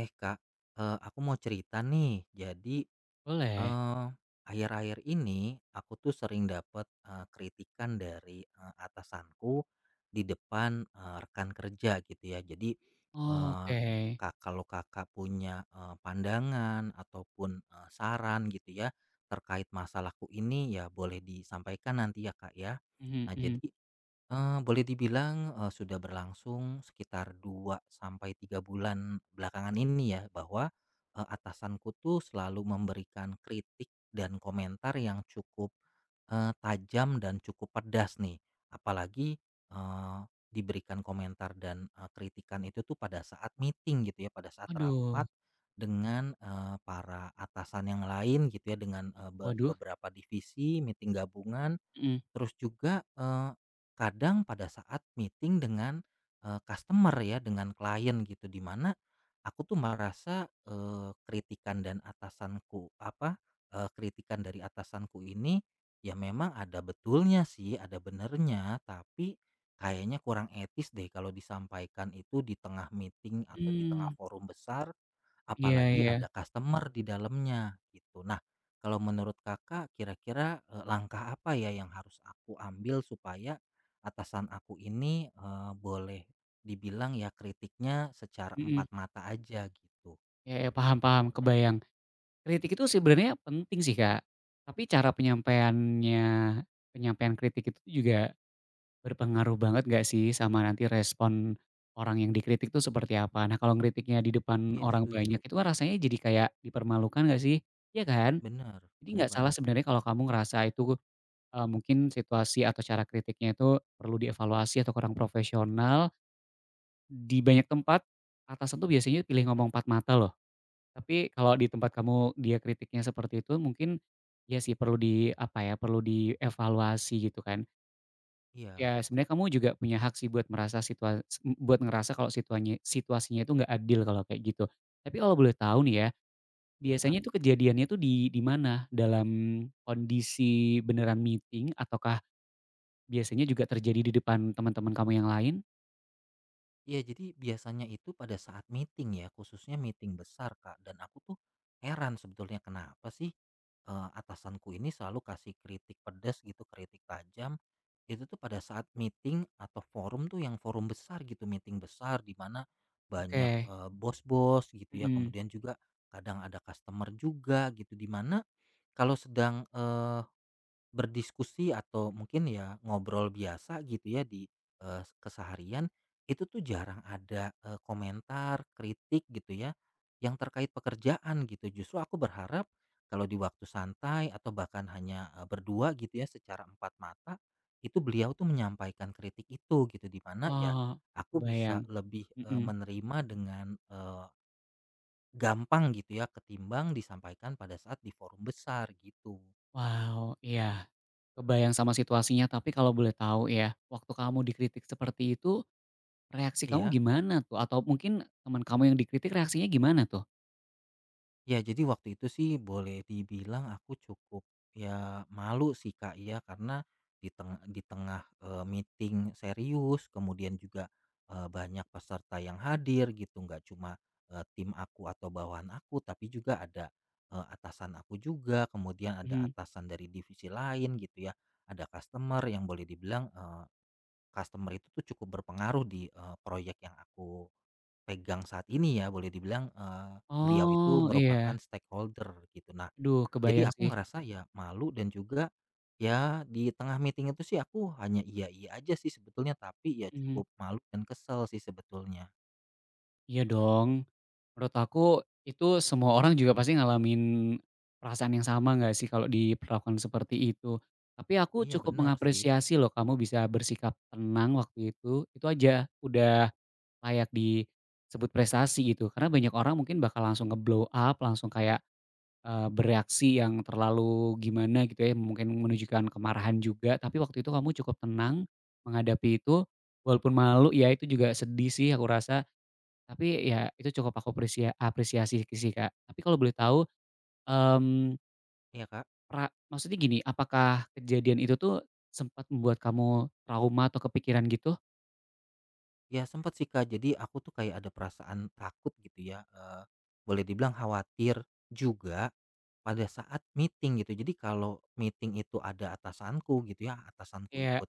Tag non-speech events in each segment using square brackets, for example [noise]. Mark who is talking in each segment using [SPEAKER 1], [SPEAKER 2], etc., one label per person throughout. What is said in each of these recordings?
[SPEAKER 1] Eh Kak, aku mau cerita nih. Jadi,
[SPEAKER 2] Boleh?
[SPEAKER 1] eee, akhir-akhir ini aku tuh sering dapat kritikan dari, atasanku di depan, rekan kerja gitu ya. Jadi, eee,
[SPEAKER 2] Oke.
[SPEAKER 1] Kak kalau Kakak punya, pandangan ataupun, saran gitu ya terkait masalahku ini ya boleh disampaikan nanti ya Kak ya.
[SPEAKER 2] Mhm
[SPEAKER 1] Nah
[SPEAKER 2] mhm.
[SPEAKER 1] jadi boleh dibilang, sudah berlangsung sekitar 2 sampai 3 bulan belakangan ini ya, bahwa, atasanku tuh selalu memberikan kritik dan komentar yang cukup, tajam dan cukup pedas nih. Apalagi, eee, diberikan komentar dan, kritikan itu tuh pada saat meeting gitu ya, pada saat
[SPEAKER 2] Aduh,
[SPEAKER 1] rapat dengan, para atasan yang lain gitu ya, dengan,
[SPEAKER 2] waduh.
[SPEAKER 1] beberapa divisi, meeting gabungan.
[SPEAKER 2] Mhm.
[SPEAKER 1] Terus juga, kadang pada saat meeting dengan, customer ya, dengan klien gitu, di mana aku tuh merasa, kritikan dan atasanku apa, eee, kritikan dari atasanku ini ya memang ada betulnya sih, ada benernya, tapi kayaknya kurang etis deh kalau disampaikan itu di tengah meeting atau di tengah
[SPEAKER 2] Mmm,
[SPEAKER 1] forum besar.
[SPEAKER 2] iya
[SPEAKER 1] Apalagi
[SPEAKER 2] iya.
[SPEAKER 1] ada customer di dalamnya gitu. Nah, kalau menurut Kakak kira-kira, langkah apa ya yang harus aku ambil supaya atasan aku ini, boleh dibilang ya kritiknya secara
[SPEAKER 2] Mhm,
[SPEAKER 1] empat mata aja gitu?
[SPEAKER 2] iya iya, paham paham, kebayang. Kritik itu sebenarnya penting sih, Kak, tapi cara penyampaian kritik itu juga berpengaruh banget nggak sih sama nanti respon orang yang dikritik tuh seperti apa? Nah, kalau ngeritiknya di depan
[SPEAKER 1] Iya
[SPEAKER 2] orang banyak
[SPEAKER 1] setuju,
[SPEAKER 2] itu kan rasanya jadi kayak dipermalukan nggak sih? Iya kan?
[SPEAKER 1] bener,
[SPEAKER 2] Jadi
[SPEAKER 1] bener
[SPEAKER 2] nggak salah
[SPEAKER 1] banget.
[SPEAKER 2] sebenarnya kalau kamu ngerasa itu. Mungkin situasi atau cara kritiknya itu perlu dievaluasi atau kurang profesional. Di banyak tempat, atasan tuh biasanya pilih ngomong empat mata loh. Tapi kalau di tempat kamu dia kritiknya seperti itu mungkin, ya sih perlu di apa ya, perlu dievaluasi gitu kan.
[SPEAKER 1] Iya,
[SPEAKER 2] Ya sebenarnya kamu juga punya hak sih buat ngerasa kalau situasinya situasinya itu nggak adil kalau kayak gitu. Tapi kalau boleh tahu nih ya,
[SPEAKER 1] iya,
[SPEAKER 2] biasanya
[SPEAKER 1] Kak.
[SPEAKER 2] itu kejadiannya tuh di mana? Dalam kondisi beneran meeting ataukah biasanya juga terjadi di depan teman-teman kamu yang lain?
[SPEAKER 1] Iya, jadi biasanya itu pada saat meeting ya, khususnya meeting besar, Kak. Dan aku tuh heran sebetulnya kenapa sih eh, atasanku ini selalu kasih kritik pedas gitu, kritik tajam. Itu tuh pada saat meeting atau forum tuh yang forum besar gitu, meeting besar di mana banyak
[SPEAKER 2] Oke.
[SPEAKER 1] eh, bos-bos gitu ya.
[SPEAKER 2] Mhm.
[SPEAKER 1] Kemudian juga kadang ada customer juga gitu di mana kalau sedang eh, berdiskusi atau mungkin ya ngobrol biasa gitu ya di, keseharian, itu tuh jarang ada, komentar, kritik gitu ya, yang terkait pekerjaan gitu. Justru aku berharap kalau di waktu santai atau bahkan hanya, berdua gitu ya secara empat mata, itu beliau tuh menyampaikan kritik itu gitu, di mana ya
[SPEAKER 2] Oh,
[SPEAKER 1] aku bisa
[SPEAKER 2] kebayang.
[SPEAKER 1] lebih,
[SPEAKER 2] Mhm.
[SPEAKER 1] menerima dengan, eee, gampang gitu ya ketimbang disampaikan pada saat di forum besar gitu.
[SPEAKER 2] Wow, iya, kebayang sama situasinya. Tapi kalau boleh tahu ya, waktu kamu dikritik seperti itu, reaksi kamu
[SPEAKER 1] Iya.
[SPEAKER 2] gimana tuh? Atau mungkin teman kamu yang dikritik reaksinya gimana tuh?
[SPEAKER 1] Ya, jadi waktu itu sih boleh dibilang aku cukup ya malu sih Kak ya karena di tengah eh, meeting serius, kemudian juga eh, banyak peserta yang hadir gitu, nggak cuma eh, tim aku atau bawahan aku, tapi juga ada eh, atasan aku juga, kemudian ada
[SPEAKER 2] Mhm.
[SPEAKER 1] atasan dari divisi lain gitu ya, ada customer yang boleh dibilang eh, customer itu tuh cukup berpengaruh di eh, proyek yang aku pegang saat ini ya boleh dibilang, beliau itu
[SPEAKER 2] Oh, iya.
[SPEAKER 1] merupakan stakeholder gitu. Nah,
[SPEAKER 2] Aduh, kebayang
[SPEAKER 1] jadi aku
[SPEAKER 2] sih.
[SPEAKER 1] ngerasa ya malu dan juga ya di tengah meeting itu sih aku hanya iya-iya aja sih sebetulnya, tapi ya
[SPEAKER 2] Mhm.
[SPEAKER 1] cukup malu dan kesel sih sebetulnya.
[SPEAKER 2] Iya dong. Menurut aku itu semua orang juga pasti ngalamin perasaan yang sama nggak sih kalau diperlakukan seperti itu. Tapi aku
[SPEAKER 1] Iya
[SPEAKER 2] cukup
[SPEAKER 1] benar sih.
[SPEAKER 2] mengapresiasi loh kamu bisa bersikap tenang waktu itu. Itu aja udah layak disebut prestasi gitu. Karena banyak orang mungkin bakal langsung nge-blow up, langsung kayak bereaksi yang terlalu gimana gitu ya, mungkin menunjukkan kemarahan juga. Tapi waktu itu kamu cukup tenang menghadapi itu. Walaupun malu ya itu juga sedih sih aku rasa, tapi ya itu cukup aku apresiasi sih, Kak. Tapi kalau boleh tahu, mmm,
[SPEAKER 1] Iya, Kak.
[SPEAKER 2] pra maksudnya gini, apakah kejadian itu tuh sempat membuat kamu trauma atau kepikiran gitu?
[SPEAKER 1] Ya sempat sih Kak, jadi aku tuh kayak ada perasaan takut gitu ya, boleh dibilang khawatir juga pada saat meeting gitu. Jadi kalau meeting itu ada atasanku gitu ya, atasanku
[SPEAKER 2] Kayak,
[SPEAKER 1] ikut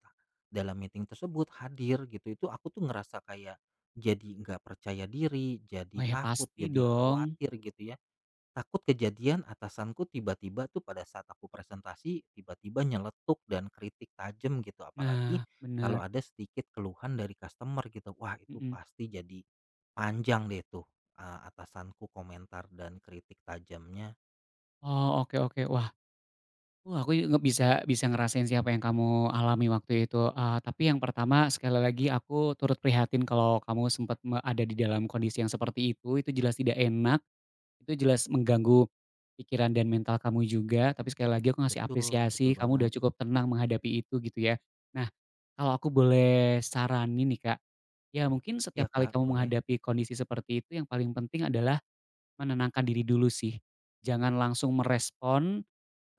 [SPEAKER 1] dalam meeting tersebut, hadir gitu, itu aku tuh ngerasa kayak jadi nggak percaya diri, jadi
[SPEAKER 2] "Oh ya
[SPEAKER 1] takut,
[SPEAKER 2] pasti
[SPEAKER 1] jadi
[SPEAKER 2] dong."
[SPEAKER 1] khawatir gitu ya. Takut kejadian atasanku tiba-tiba tuh pada saat aku presentasi, tiba-tiba nyeletuk dan kritik tajam gitu. Apalagi
[SPEAKER 2] Nah,
[SPEAKER 1] kalau
[SPEAKER 2] bener,
[SPEAKER 1] ada sedikit keluhan dari customer gitu. Wah itu
[SPEAKER 2] mhm.
[SPEAKER 1] pasti jadi panjang deh tuh eh, atasanku komentar dan kritik tajamnya.
[SPEAKER 2] Oh, oke oke. Wah, aku juga bisa bisa ngerasain sih apa yang kamu alami waktu itu. Tapi yang pertama sekali lagi aku turut prihatin kalau kamu sempat ada di dalam kondisi yang seperti itu jelas tidak enak. Itu jelas mengganggu pikiran dan mental kamu juga, tapi sekali lagi aku ngasih
[SPEAKER 1] Betul,
[SPEAKER 2] apresiasi,
[SPEAKER 1] betul
[SPEAKER 2] kamu udah
[SPEAKER 1] banget.
[SPEAKER 2] cukup tenang menghadapi itu gitu ya. Nah, kalau aku boleh saranin nih Kak, ya mungkin setiap
[SPEAKER 1] Iya
[SPEAKER 2] kali
[SPEAKER 1] kak,
[SPEAKER 2] kamu
[SPEAKER 1] boleh?
[SPEAKER 2] menghadapi kondisi seperti itu yang paling penting adalah menenangkan diri dulu sih. Jangan langsung merespon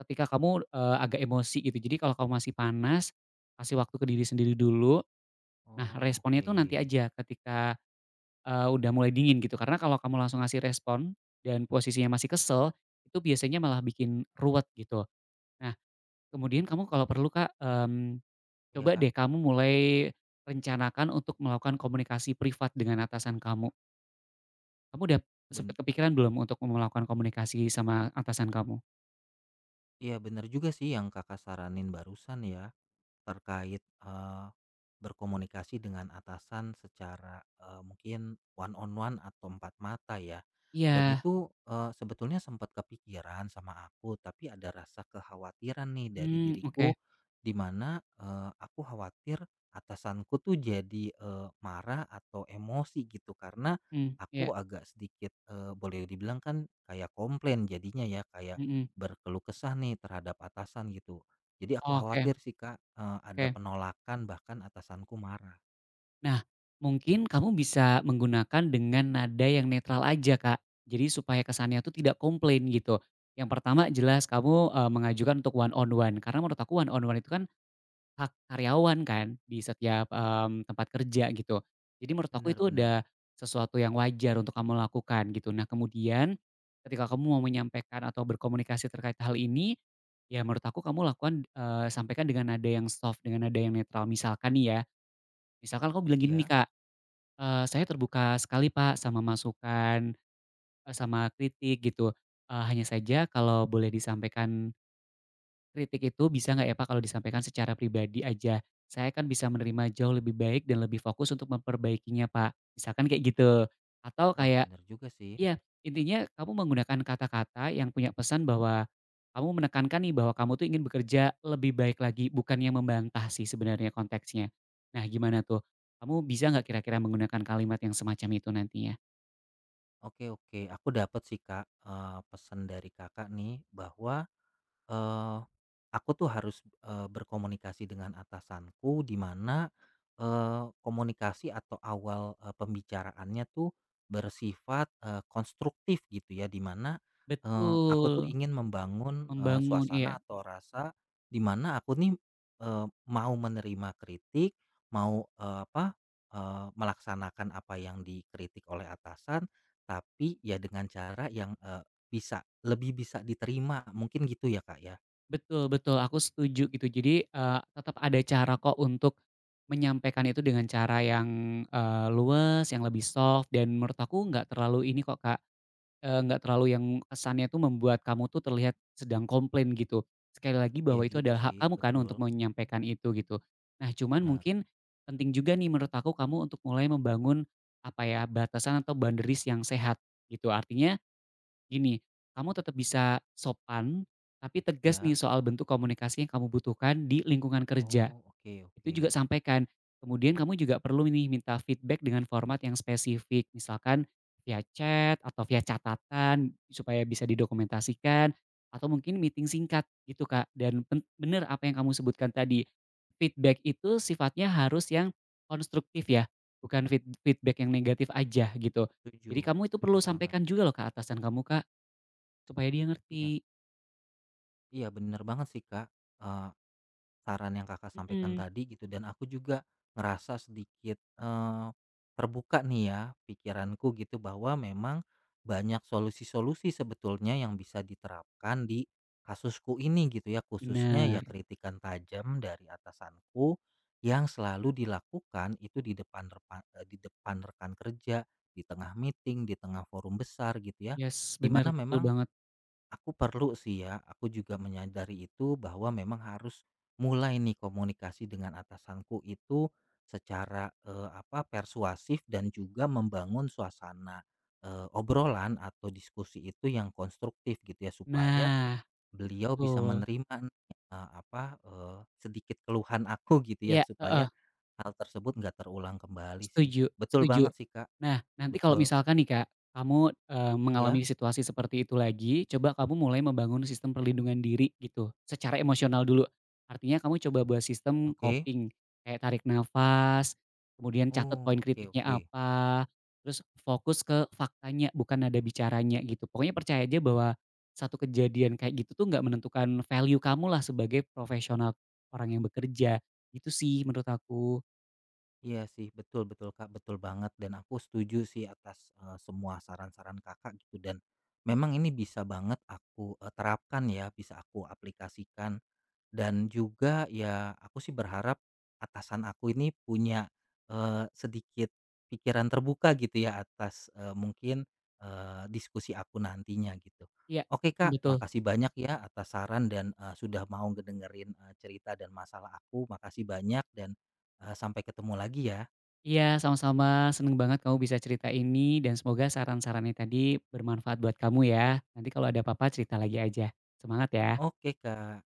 [SPEAKER 2] ketika kamu, agak emosi gitu. Jadi kalau kamu masih panas, kasih waktu ke diri sendiri dulu. Nah
[SPEAKER 1] Oh
[SPEAKER 2] responnya
[SPEAKER 1] oke.
[SPEAKER 2] itu nanti aja ketika udah mulai dingin gitu, karena kalau kamu langsung ngasih respon dan posisinya masih kesel, itu biasanya malah bikin ruwet gitu. Nah kemudian kamu kalau perlu Kak,
[SPEAKER 1] Iya
[SPEAKER 2] coba
[SPEAKER 1] kak,
[SPEAKER 2] deh kamu mulai rencanakan untuk melakukan komunikasi privat dengan atasan kamu. Kamu udah sempet
[SPEAKER 1] ben
[SPEAKER 2] kepikiran belum untuk melakukan komunikasi sama atasan kamu?
[SPEAKER 1] iya bener juga sih yang kakak saranin barusan ya. Terkait, berkomunikasi dengan atasan secara, mungkin one on one atau empat mata ya. Dan
[SPEAKER 2] Iya,
[SPEAKER 1] itu, sebetulnya sempat kepikiran sama aku, tapi ada rasa kekhawatiran nih dari
[SPEAKER 2] mmm,
[SPEAKER 1] diriku,
[SPEAKER 2] oke,
[SPEAKER 1] di mana, aku khawatir atasanku tuh jadi, marah atau emosi gitu karena
[SPEAKER 2] mmm, iya,
[SPEAKER 1] aku agak sedikit, boleh dibilang kan kayak komplain jadinya ya, kayak
[SPEAKER 2] mhm,
[SPEAKER 1] berkeluh kesah nih terhadap atasan gitu. Jadi aku
[SPEAKER 2] oke
[SPEAKER 1] khawatir sih Kak, ada
[SPEAKER 2] oke.
[SPEAKER 1] penolakan bahkan atasanku marah.
[SPEAKER 2] Nah, mungkin kamu bisa menggunakan dengan nada yang netral aja, Kak. Jadi supaya kesannya tuh tidak komplain gitu. Yang pertama jelas kamu, mengajukan untuk one on one, karena menurut aku one on one itu kan hak karyawan kan di setiap, tempat kerja gitu. Jadi menurut aku
[SPEAKER 1] Bener
[SPEAKER 2] itu
[SPEAKER 1] bener.
[SPEAKER 2] udah sesuatu yang wajar untuk kamu lakukan gitu. Nah kemudian ketika kamu mau menyampaikan atau berkomunikasi terkait hal ini, ya menurut aku kamu lakukan, sampaikan dengan nada yang soft, dengan nada yang netral. Misalkan nih ya, misalkan kamu bilang gini nih,
[SPEAKER 1] Iya.
[SPEAKER 2] Kak. Saya terbuka sekali, Pak, sama masukan, sama kritik gitu, hanya saja kalau boleh disampaikan kritik itu bisa nggak ya, Pak, kalau disampaikan secara pribadi aja? Saya kan bisa menerima jauh lebih baik dan lebih fokus untuk memperbaikinya, Pak, misalkan kayak gitu. Atau
[SPEAKER 1] Wah
[SPEAKER 2] kayak
[SPEAKER 1] bener juga sih.
[SPEAKER 2] iya, intinya kamu menggunakan kata-kata yang punya pesan bahwa kamu menekankan nih bahwa kamu tuh ingin bekerja lebih baik lagi, bukan yang membantah sih sebenarnya konteksnya. Nah, gimana tuh? Kamu bisa nggak kira-kira menggunakan kalimat yang semacam itu nantinya?
[SPEAKER 1] Oke oke, aku dapat sih Kak, pesan dari Kakak nih bahwa Eee, aku tuh harus, berkomunikasi dengan atasanku di mana, komunikasi atau awal, pembicaraannya tuh bersifat, konstruktif gitu ya, di mana, aku
[SPEAKER 2] Betul,
[SPEAKER 1] tuh ingin membangun,
[SPEAKER 2] membangun, iya.
[SPEAKER 1] suasana atau rasa di mana aku nih, mau menerima kritik, mau, melaksanakan apa yang dikritik oleh atasan, tapi ya dengan cara yang, bisa, lebih bisa diterima mungkin gitu ya, Kak, ya?
[SPEAKER 2] Betul betul, aku setuju gitu. Jadi, tetap ada cara kok untuk menyampaikan itu dengan cara yang, luwes, yang lebih soft dan menurut aku nggak terlalu ini kok, Kak, nggak terlalu yang kesannya tuh membuat kamu tuh terlihat sedang komplain gitu. Sekali lagi
[SPEAKER 1] Iya
[SPEAKER 2] bahwa itu
[SPEAKER 1] juga
[SPEAKER 2] adalah hak
[SPEAKER 1] sih,
[SPEAKER 2] kamu kan
[SPEAKER 1] betul.
[SPEAKER 2] untuk menyampaikan itu gitu.
[SPEAKER 1] I
[SPEAKER 2] Nah, cuman
[SPEAKER 1] Benar.
[SPEAKER 2] mungkin penting juga nih menurut aku kamu untuk mulai membangun, apa ya, batasan atau boundaries yang sehat gitu. Artinya gini, kamu tetap bisa sopan, tapi tegas nih
[SPEAKER 1] Ya?
[SPEAKER 2] soal bentuk komunikasi yang kamu butuhkan di lingkungan kerja.
[SPEAKER 1] Oh, oke
[SPEAKER 2] Itu
[SPEAKER 1] oke.
[SPEAKER 2] juga sampaikan. Kemudian kamu juga perlu nih minta feedback dengan format yang spesifik. Misalkan via chat atau via catatan supaya bisa didokumentasikan. Atau mungkin meeting singkat gitu kak. Dan bener apa yang kamu sebutkan tadi. Feedback itu sifatnya harus yang konstruktif ya. Bukan feedback yang negatif aja gitu.
[SPEAKER 1] Setuju
[SPEAKER 2] Jadi kamu itu perlu
[SPEAKER 1] setuju banget.
[SPEAKER 2] sampaikan juga loh ke atasan kamu kak. Supaya dia
[SPEAKER 1] Iya
[SPEAKER 2] ngerti.
[SPEAKER 1] iya benar banget sih, Kak, eh, saran yang Kakak sampaikan
[SPEAKER 2] Mhm.
[SPEAKER 1] tadi gitu dan aku juga ngerasa sedikit, terbuka nih ya pikiranku gitu bahwa memang banyak solusi-solusi sebetulnya yang bisa diterapkan di kasusku ini gitu ya, khususnya ya
[SPEAKER 2] Bener,
[SPEAKER 1] kritikan tajam dari atasanku yang selalu dilakukan itu di depan di depan rekan kerja, di tengah meeting, di tengah forum besar gitu ya,
[SPEAKER 2] yes,
[SPEAKER 1] di
[SPEAKER 2] bener,
[SPEAKER 1] mana
[SPEAKER 2] betul
[SPEAKER 1] memang
[SPEAKER 2] banget.
[SPEAKER 1] aku perlu sih ya, aku juga menyadari itu bahwa memang harus mulai nih komunikasi dengan atasanku itu secara eh, apa persuasif dan juga membangun suasana eh, obrolan atau diskusi itu yang konstruktif gitu ya supaya
[SPEAKER 2] Nah,
[SPEAKER 1] beliau bisa
[SPEAKER 2] betul.
[SPEAKER 1] menerima nih, eh, apa eh, sedikit keluhan aku [laughs] gitu ya
[SPEAKER 2] Iya, heeh.
[SPEAKER 1] supaya hal tersebut nggak terulang kembali sih.
[SPEAKER 2] Setuju
[SPEAKER 1] Betul
[SPEAKER 2] setuju.
[SPEAKER 1] banget sih Kak,
[SPEAKER 2] Nah, nanti kalau
[SPEAKER 1] betul.
[SPEAKER 2] misalkan nih, Kak, kamu, mengalami
[SPEAKER 1] Ya,
[SPEAKER 2] situasi seperti itu lagi, coba kamu mulai membangun sistem perlindungan diri gitu, secara emosional dulu. Artinya kamu coba buat sistem
[SPEAKER 1] oke.
[SPEAKER 2] coping, kayak tarik nafas, kemudian catat
[SPEAKER 1] Oh,
[SPEAKER 2] poin
[SPEAKER 1] oke
[SPEAKER 2] kritiknya
[SPEAKER 1] oke.
[SPEAKER 2] apa, terus fokus ke faktanya, bukan nada bicaranya gitu. Pokoknya percaya aja bahwa satu kejadian kayak gitu tuh nggak menentukan value kamulah sebagai profesional, orang yang bekerja. Itu sih menurut aku.
[SPEAKER 1] Iya sih, betul betul Kak, betul banget dan aku setuju sih atas, semua saran-saran Kakak gitu dan memang ini bisa banget aku, terapkan ya, bisa aku aplikasikan dan juga ya aku sih berharap atasan aku ini punya, sedikit pikiran terbuka gitu ya atas, diskusi aku nantinya gitu.
[SPEAKER 2] Iya,
[SPEAKER 1] Oke
[SPEAKER 2] mhm,
[SPEAKER 1] Kak,
[SPEAKER 2] betul.
[SPEAKER 1] makasih banyak ya atas saran dan, sudah mau ngedengerin, cerita dan masalah aku. Makasih banyak dan, sampai ketemu lagi ya.
[SPEAKER 2] Iya, sama-sama. Seneng banget kamu bisa cerita ini dan semoga saran-sarannya tadi bermanfaat buat kamu ya. Nanti kalau ada apa-apa cerita lagi aja. Semangat ya.
[SPEAKER 1] Oke Kak.